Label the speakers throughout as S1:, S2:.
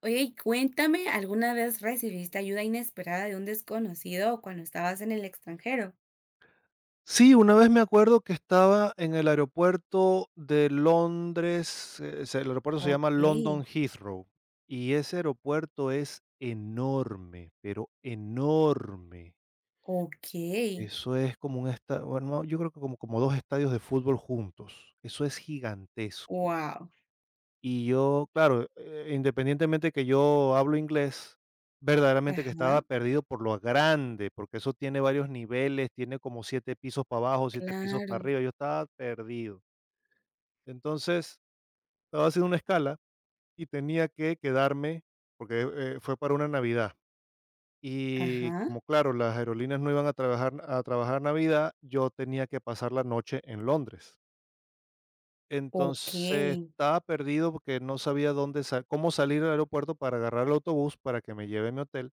S1: Oye, y cuéntame, ¿alguna vez recibiste ayuda inesperada de un desconocido cuando estabas en el extranjero?
S2: Sí, una vez me acuerdo que estaba en el aeropuerto de Londres, el aeropuerto se llama
S1: Ok,
S2: London Heathrow, y ese aeropuerto es enorme, pero enorme.
S1: ok,
S2: Eso es como un estadio, yo creo que como dos estadios de fútbol juntos. Eso es gigantesco.
S1: wow,
S2: Y yo, claro, independientemente que yo hablo inglés, verdaderamente que estaba
S1: ajá,
S2: perdido por lo grande, porque eso tiene varios niveles, tiene como 7 pisos para abajo, 7 pisos para
S1: claro,
S2: arriba, yo estaba perdido. Entonces, estaba haciendo una escala y tenía que quedarme, porque fue para una Navidad. Y
S1: ajá,
S2: como claro, las aerolíneas no iban a trabajar Navidad, yo tenía que pasar la noche en Londres.
S1: ok,
S2: Entonces, estaba perdido porque no sabía dónde sa cómo salir del aeropuerto para agarrar el autobús para que me lleve a mi hotel,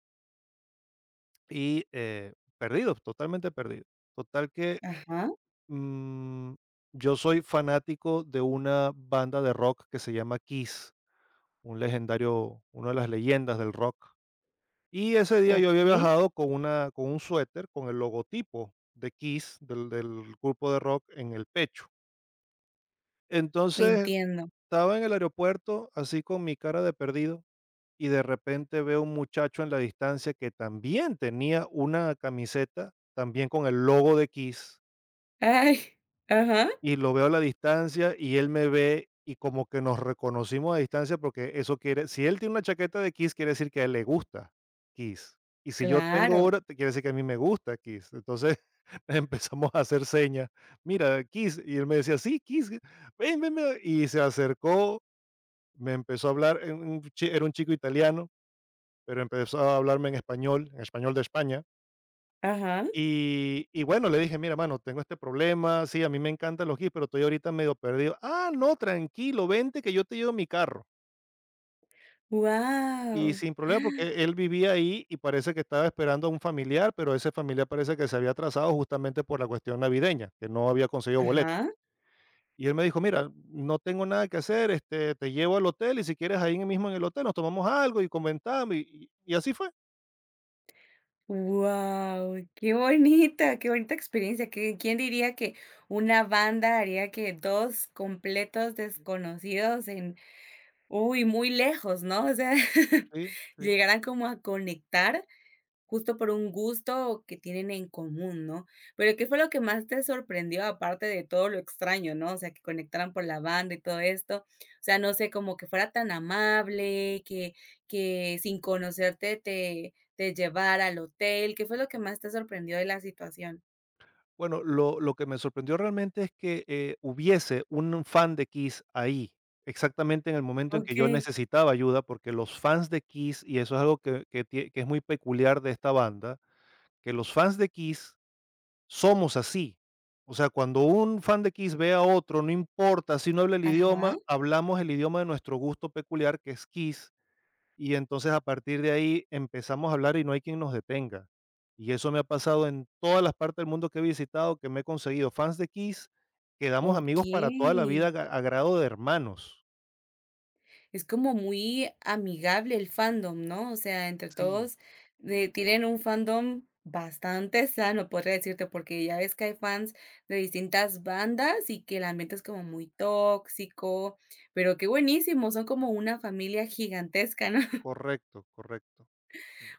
S2: perdido, totalmente perdido. Total que,
S1: ajá,
S2: mm, yo soy fanático de una banda de rock que se llama Kiss, un legendario una de las leyendas del rock. Y ese día yo había
S1: ok,
S2: viajado con una con un suéter con el logotipo de Kiss, del grupo de rock en el pecho. Entonces,
S1: entiendo.
S2: estaba en el aeropuerto así con mi cara de perdido, y de repente veo un muchacho en la distancia que también tenía una camiseta, también con el logo de Kiss,
S1: Ay, ajá,
S2: y lo veo a la distancia y él me ve y como que nos reconocimos a distancia porque eso quiere, si él tiene una chaqueta de Kiss, quiere decir que a él le gusta Kiss. Y si yo tengo
S1: claro,
S2: una, quiere decir que a mí me gusta Kiss. Entonces empezamos a hacer señas. Mira, Kiss. Y él me decía, sí, Kiss. Ven, ven, ven. Y se acercó, me empezó a hablar era un chico italiano, pero empezó a hablarme en español de España.
S1: ajá,
S2: Y bueno, le dije, mira, mano, tengo este problema, sí, a mí me encantan los GIS, pero estoy ahorita medio perdido. Ah, no, tranquilo, vente que yo te llevo mi carro. Y
S1: wow,
S2: sin problema, porque él vivía ahí y parece que estaba esperando a un familiar, pero ese familiar parece que se había atrasado justamente por la cuestión navideña, que no había conseguido boleto.
S1: ajá.
S2: Y él me dijo, mira, no tengo nada que hacer, este, te llevo al hotel y si quieres ahí mismo en el hotel nos tomamos algo y comentamos. Y así fue.
S1: Wow, qué bonita experiencia. ¿Qué- ¿Quién diría que una banda haría que dos completos desconocidos en, uy, muy lejos, ¿no? O sea,
S2: Sí, sí.
S1: llegaran como a conectar justo por un gusto que tienen en común, ¿no? Pero, ¿qué fue lo que más te sorprendió, aparte de todo lo extraño, no? O sea, que conectaran por la banda y todo esto. O sea, no sé, como que fuera tan amable, que sin conocerte te llevara al hotel. ¿Qué fue lo que más te sorprendió de la situación?
S2: Bueno, lo que me sorprendió realmente es que, hubiese un fan de Kiss ahí, exactamente en el momento en que yo
S1: Okey.
S2: necesitaba ayuda, porque los fans de Kiss, y eso es algo que tie que es muy peculiar de esta banda, que los fans de Kiss somos así. O sea, cuando un fan de Kiss ve a otro, no importa si no habla el
S1: Ajá.
S2: idioma, hablamos el idioma de nuestro gusto peculiar, que es Kiss, y entonces a partir de ahí empezamos a hablar y no hay quien nos detenga. Y eso me ha pasado en todas las partes del mundo que he visitado, que me he conseguido fans de Kiss, quedamos amigos para toda la vida
S1: Okey.
S2: a grado de hermanos.
S1: Es como muy amigable el fandom, ¿no? O sea, entre
S2: Sí,
S1: todos, tienen un fandom bastante sano, podría decirte, porque ya ves que hay fans de distintas bandas y que el ambiente es como muy tóxico, pero qué buenísimo, son como una familia gigantesca, ¿no?
S2: correcto, correcto.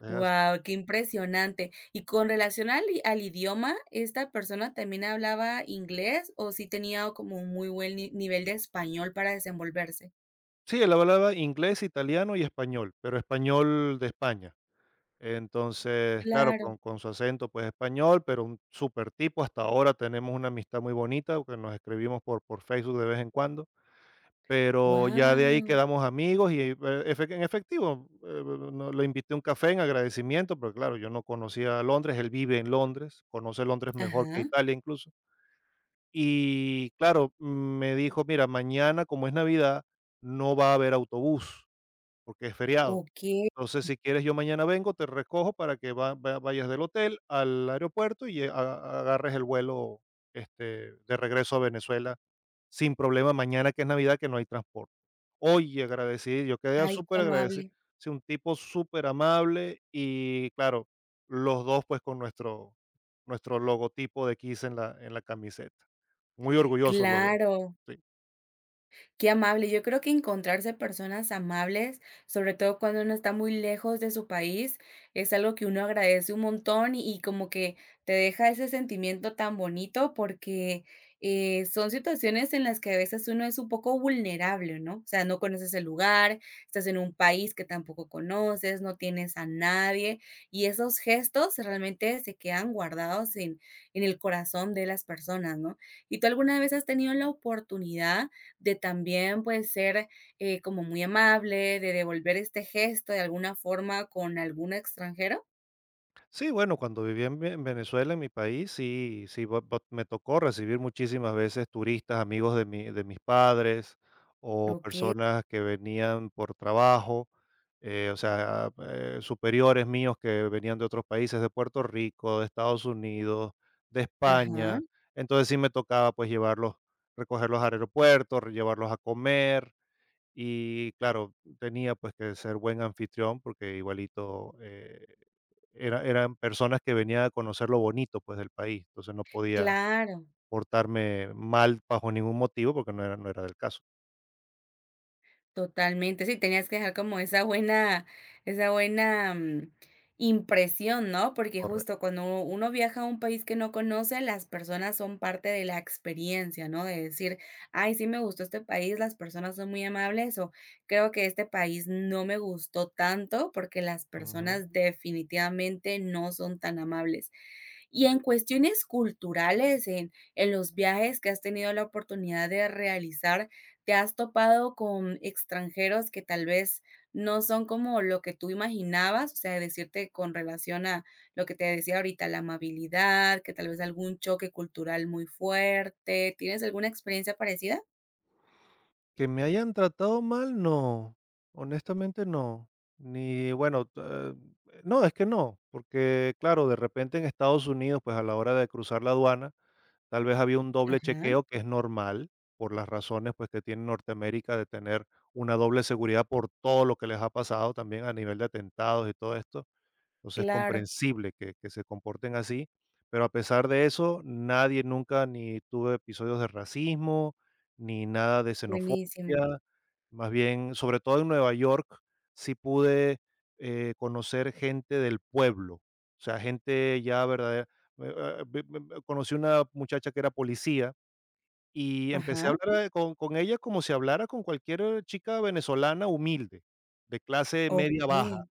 S2: Es así.
S1: Wow, qué impresionante. Y con relación al i al idioma, ¿esta persona también hablaba inglés o sí tenía como un muy buen ni nivel de español para desenvolverse?
S2: Sí, él hablaba inglés, italiano y español, pero español de España. Entonces, claro,
S1: Claro.
S2: con su acento pues español, pero un super tipo. Hasta ahora tenemos una amistad muy bonita, que nos escribimos por Facebook de vez en cuando. Pero ya de ahí
S1: Wow.
S2: quedamos amigos y, e, efe en efectivo, no lo invité a un café en agradecimiento, pero claro, yo no conocía Londres, él vive en Londres, conoce Londres mejor que
S1: Ajá.
S2: Italia incluso. Y claro, me dijo: "Mira, mañana, como es Navidad, no va a haber autobús, porque es feriado.
S1: Okey,
S2: Entonces, si quieres, yo mañana vengo, te recojo para que va va vayas del hotel al aeropuerto y a agarres el vuelo, este, de regreso a Venezuela sin problema mañana, que es Navidad, que no hay transporte". Oye, agradecido, yo quedé
S1: ay, qué
S2: superagradecido.
S1: amable.
S2: Sí, un tipo súper amable y claro, los 2 pues, con nuestro logotipo de Kiss en la camiseta. Muy orgullosos los dos.
S1: Claro,
S2: Sí.
S1: qué amable. Yo creo que encontrarse personas amables, sobre todo cuando uno está muy lejos de su país, es algo que uno agradece un montón y como que te deja ese sentimiento tan bonito porque son situaciones en las que a veces uno es un poco vulnerable, ¿no? O sea, no conoces el lugar, estás en un país que tampoco conoces, no tienes a nadie y esos gestos realmente se quedan guardados en el corazón de las personas, ¿no? ¿Y tú alguna vez has tenido la oportunidad de también, pues, ser, como muy amable, de devolver este gesto de alguna forma con algún extranjero?
S2: Sí, bueno, cuando viví en Venezuela, en mi país, sí, sí, me tocó recibir muchísimas veces turistas, amigos de mis padres o
S1: Lo que...
S2: personas que venían por trabajo, superiores míos que venían de otros países, de Puerto Rico, de Estados Unidos, de
S1: Ajá,
S2: España. Entonces sí me tocaba pues llevarlos, recogerlos al aeropuerto, llevarlos a comer y claro, tenía pues que ser buen anfitrión porque igualito era eran personas que venían a conocer lo bonito, pues, del país. Entonces, no podía
S1: claro.
S2: portarme mal bajo ningún motivo, porque no era del caso.
S1: Totalmente, sí, tenías que dejar como esa buena, impresión, ¿no? Porque
S2: Correcto.
S1: justo cuando uno viaja a un país que no conoce, las personas son parte de la experiencia, ¿no? De decir: "Ay, sí me gustó este país, las personas son muy amables", o "Creo que este país no me gustó tanto, porque las
S2: Ujú.
S1: personas definitivamente no son tan amables". Y en cuestiones culturales, en los viajes que has tenido la oportunidad de realizar, ¿te has topado con extranjeros que tal vez no son como lo que tú imaginabas? O sea, decirte con relación a lo que te decía ahorita, la amabilidad, que tal vez algún choque cultural muy fuerte. ¿Tienes alguna experiencia parecida?
S2: Que me hayan tratado mal, no. Honestamente, no. Ni bueno, t- no, es que no, porque, claro, de repente en Estados Unidos, pues, a la hora de cruzar la aduana, tal vez había un doble
S1: Ajá,
S2: chequeo, que es normal, por las razones, pues, que tiene Norteamérica de tener una doble seguridad por todo lo que les ha pasado también a nivel de atentados y todo esto. Entonces, es
S1: claro,
S2: comprensible que se comporten así, pero a pesar de eso, nadie nunca ni tuve episodios de racismo, ni nada de xenofobia.
S1: buenísimo.
S2: Más bien, sobre todo en Nueva York, sí pude, conocer gente del pueblo, o sea, gente ya verdadera. Ah, ve ve ve conocí una muchacha que era policía y empecé a
S1: Ajá,
S2: hablar, eh, con ella como si hablara con cualquier chica venezolana humilde, de clase media baja.
S1: ok.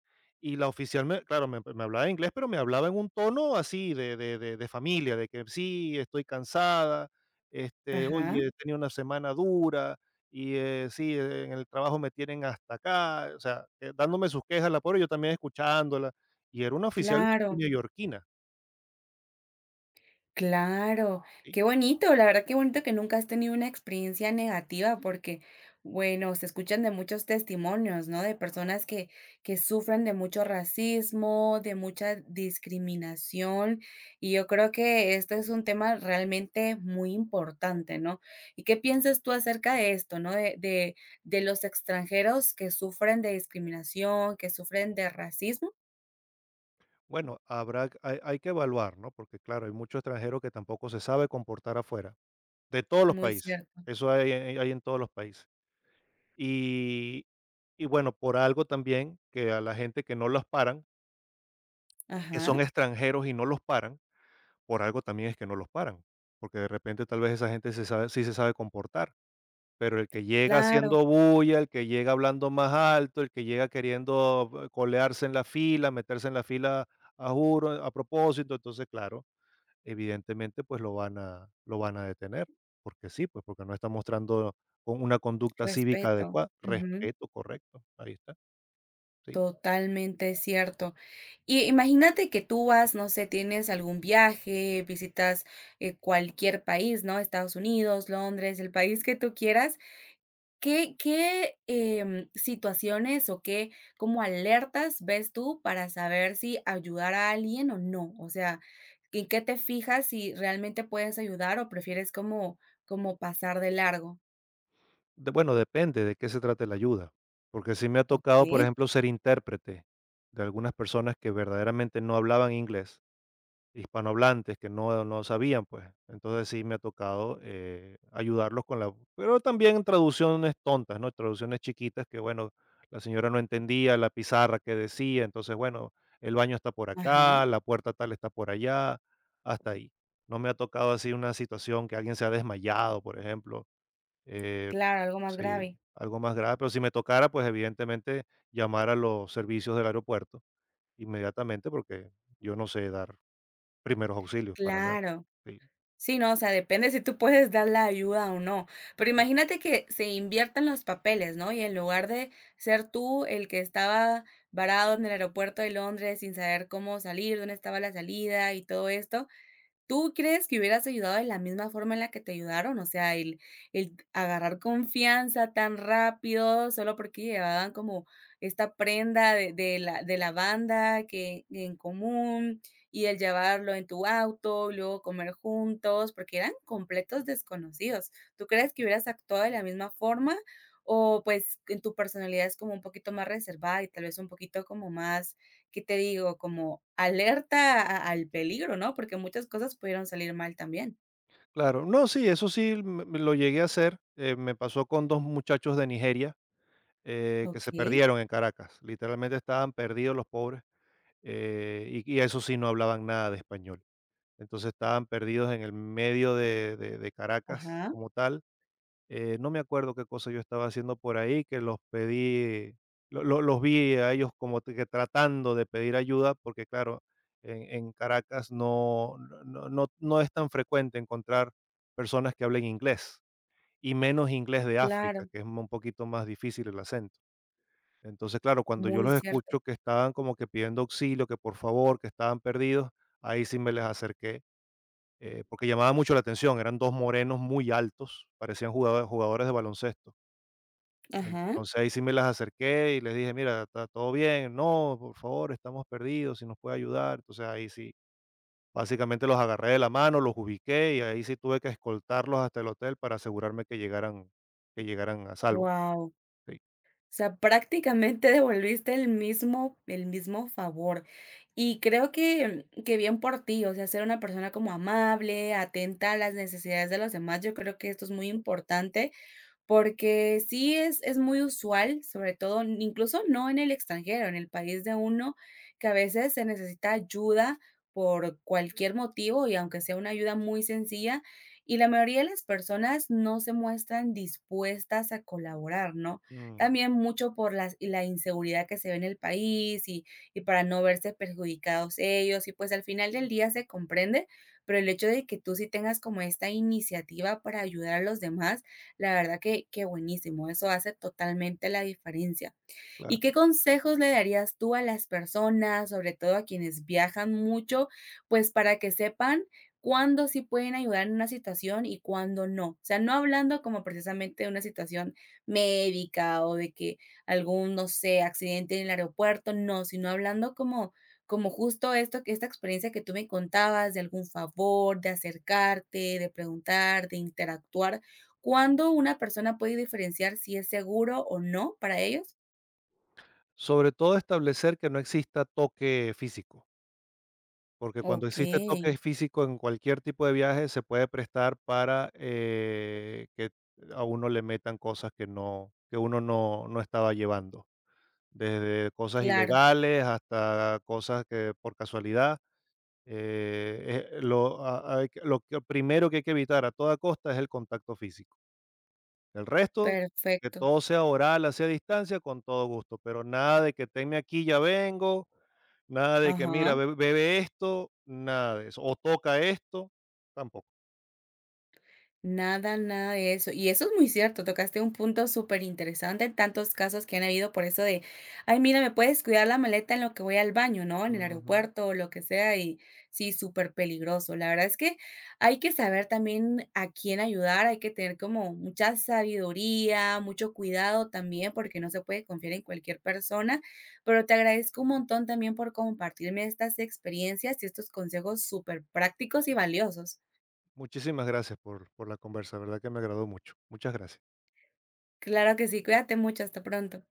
S2: Y la oficial me claro, me hablaba en inglés, pero me hablaba en un tono así de familia, de que: "Sí, estoy cansada, este,
S1: Ajá,
S2: oye, he tenido una semana dura y, en el trabajo me tienen hasta acá", o sea, dándome sus quejas, la pobre, yo también escuchándola, y era una oficial
S1: claro.
S2: neoyorquina,
S1: Claro,
S2: ¿sí?
S1: qué bonito, la verdad qué bonito que nunca has tenido una experiencia negativa porque, bueno, se escuchan de muchos testimonios, ¿no? De personas que sufren de mucho racismo, de mucha discriminación, y yo creo que este es un tema realmente muy importante, ¿no? ¿Y qué piensas tú acerca de esto, ¿no? De los extranjeros que sufren de discriminación, que sufren de racismo?
S2: Bueno, habrá hay que evaluar, ¿no? Porque, claro, hay mucho extranjero que tampoco se sabe comportar afuera, de todos los
S1: Muy
S2: países,
S1: cierto.
S2: eso hay en todos los países. Y Y bueno, por algo también que a la gente que no los paran, que son
S1: Ajá,
S2: extranjeros y no los paran, por algo también es que no los paran, porque de repente tal vez esa gente se sabe, sí se sabe comportar, pero el que llega
S1: claro,
S2: haciendo bulla, el que llega hablando más alto, el que llega queriendo colearse en la fila, meterse en la fila a juro, a propósito, entonces claro, evidentemente pues lo van a detener, porque sí, pues porque no está mostrando con una conducta cívica
S1: respeto.
S2: adecuada, respeto correcto, ahí está, sí.
S1: Totalmente cierto. Y imagínate que tú vas, no sé, tienes algún viaje, visitas, cualquier país, ¿no? Estados Unidos, Londres, el país que tú quieras. ¿Qué qué, situaciones o qué como alertas ves tú para saber si ayudar a alguien o no? O sea, ¿en qué te fijas si realmente puedes ayudar o prefieres como como pasar de largo?
S2: De bueno, depende de qué se trate la ayuda, porque sí me ha tocado, por
S1: Okey.
S2: ejemplo, ser intérprete de algunas personas que verdaderamente no hablaban inglés, hispanohablantes que no sabían, pues. Entonces sí me ha tocado ayudarlos con la… Pero también traducciones tontas, ¿no? Traducciones chiquitas que, bueno, la señora no entendía la pizarra que decía, entonces, bueno, el baño está por
S1: Ajá.
S2: acá, la puerta tal está por allá, hasta ahí. No me ha tocado así una situación que alguien se ha desmayado, por ejemplo, eh,
S1: Claro, algo más
S2: sí,
S1: grave.
S2: algo más grave, pero si me tocara, pues evidentemente llamar a los servicios del aeropuerto inmediatamente porque yo no sé dar primeros auxilios para nada.
S1: Claro.
S2: Sí,
S1: Sí, no, o sea, depende si tú puedes dar la ayuda o no. Pero
S2: eh,
S1: imagínate que se inviertan los papeles, ¿no? Y en lugar de ser tú el que estaba varado en el aeropuerto de Londres sin saber cómo salir, dónde estaba la salida y todo esto, ¿tú crees que hubieras ayudado de la misma forma en la que te ayudaron? O sea, el agarrar confianza tan rápido, solo porque llevaban como esta prenda de de la banda que en común, y el llevarlo en tu auto, luego comer juntos, porque eran completos desconocidos. ¿Tú crees que hubieras actuado de la misma forma? O, pues, en tu personalidad es como un poquito más reservada y tal vez un poquito como más, ¿qué te digo? Como alerta a al peligro, ¿no? Porque muchas cosas pudieron salir mal también.
S2: claro, no, sí, eso sí me lo llegué a hacer. Me pasó con dos muchachos de Nigeria, que se
S1: Okey,
S2: perdieron en Caracas. Literalmente estaban perdidos los pobres, y eso sí no hablaban nada de español. Entonces estaban perdidos en el medio de Caracas
S1: ajá,
S2: como tal. No me acuerdo qué cosa yo estaba haciendo por ahí, que los pedí, los vi a ellos como que tratando de pedir ayuda, porque claro, en Caracas no es tan frecuente encontrar personas que hablen inglés, y menos inglés de África,
S1: claro,
S2: que es un poquito más difícil el acento. Entonces, claro, cuando yo
S1: muy
S2: los
S1: cierto.
S2: escucho que estaban como que pidiendo auxilio, que por favor, que estaban perdidos, ahí sí me les acerqué, porque llamaba mucho la atención, eran dos morenos muy altos, parecían jugadores de baloncesto,
S1: Ajá,
S2: entonces ahí sí me las acerqué y les dije: "Mira, ¿está todo bien?". "No, por favor, estamos perdidos, si nos puede ayudar". Entonces ahí sí, básicamente los agarré de la mano, los ubiqué y ahí sí tuve que escoltarlos hasta el hotel para asegurarme que llegaran a salvo.
S1: wow.
S2: Sí.
S1: O sea, prácticamente devolviste el mismo favor. Y creo que bien por ti, o sea, ser una persona como amable, atenta a las necesidades de los demás, yo creo que esto es muy importante. Porque sí es muy usual, sobre todo, incluso no en el extranjero, en el país de uno, que a veces se necesita ayuda por cualquier motivo y aunque sea una ayuda muy sencilla, y la mayoría de las personas no se muestran dispuestas a colaborar, ¿no?
S2: Mm,
S1: También mucho por las la inseguridad que se ve en el país y para no verse perjudicados ellos, y pues al final del día se comprende, pero el hecho de que tú sí tengas como esta iniciativa para ayudar a los demás, la verdad que buenísimo, eso hace totalmente la diferencia.
S2: claro.
S1: ¿Y qué consejos le darías tú a las personas, sobre todo a quienes viajan mucho, pues para que sepan cuándo sí pueden ayudar en una situación y cuándo no? O sea, no hablando como precisamente de una situación médica o de que algún, no sé, accidente en el aeropuerto, no, sino hablando como como justo esto, que esta experiencia que tú me contabas de algún favor, de acercarte, de preguntar, de interactuar, ¿cuándo una persona puede diferenciar si es seguro o no para ellos?
S2: Sobre todo establecer que no exista toque físico, porque cuando existe
S1: Okey,
S2: toque físico en cualquier tipo de viaje se puede prestar para, que a uno le metan cosas que uno no estaba llevando, desde cosas
S1: claro,
S2: ilegales hasta cosas que por casualidad. Lo, a- hay que- lo que- primero que hay que evitar a toda costa es el contacto físico. El resto, que
S1: perfecto.
S2: todo sea oral, hacia distancia, con todo gusto, pero nada de que tenme aquí, ya vengo, nada de que mira,
S1: Ajá.
S2: bebe esto, nada de eso, o toca esto, tampoco.
S1: Nada, nada de eso. Y eso es muy cierto, tocaste un punto superinteresante, tantos casos que han habido por eso de, ay, mira, ¿me puedes cuidar la maleta en lo que voy al baño?, ¿no? En el
S2: Ujú.
S1: aeropuerto o lo que sea, y sí, súper peligroso. La verdad es que hay que saber también a quién ayudar, hay que tener como mucha sabiduría, mucho cuidado también, porque no se puede confiar en cualquier persona. Pero te agradezco un montón también por compartirme estas experiencias y estos consejos súper prácticos y valiosos.
S2: Muchísimas gracias por la conversa, verdad que me agradó mucho. Muchas gracias.
S1: Claro que sí, cuídate mucho, hasta pronto.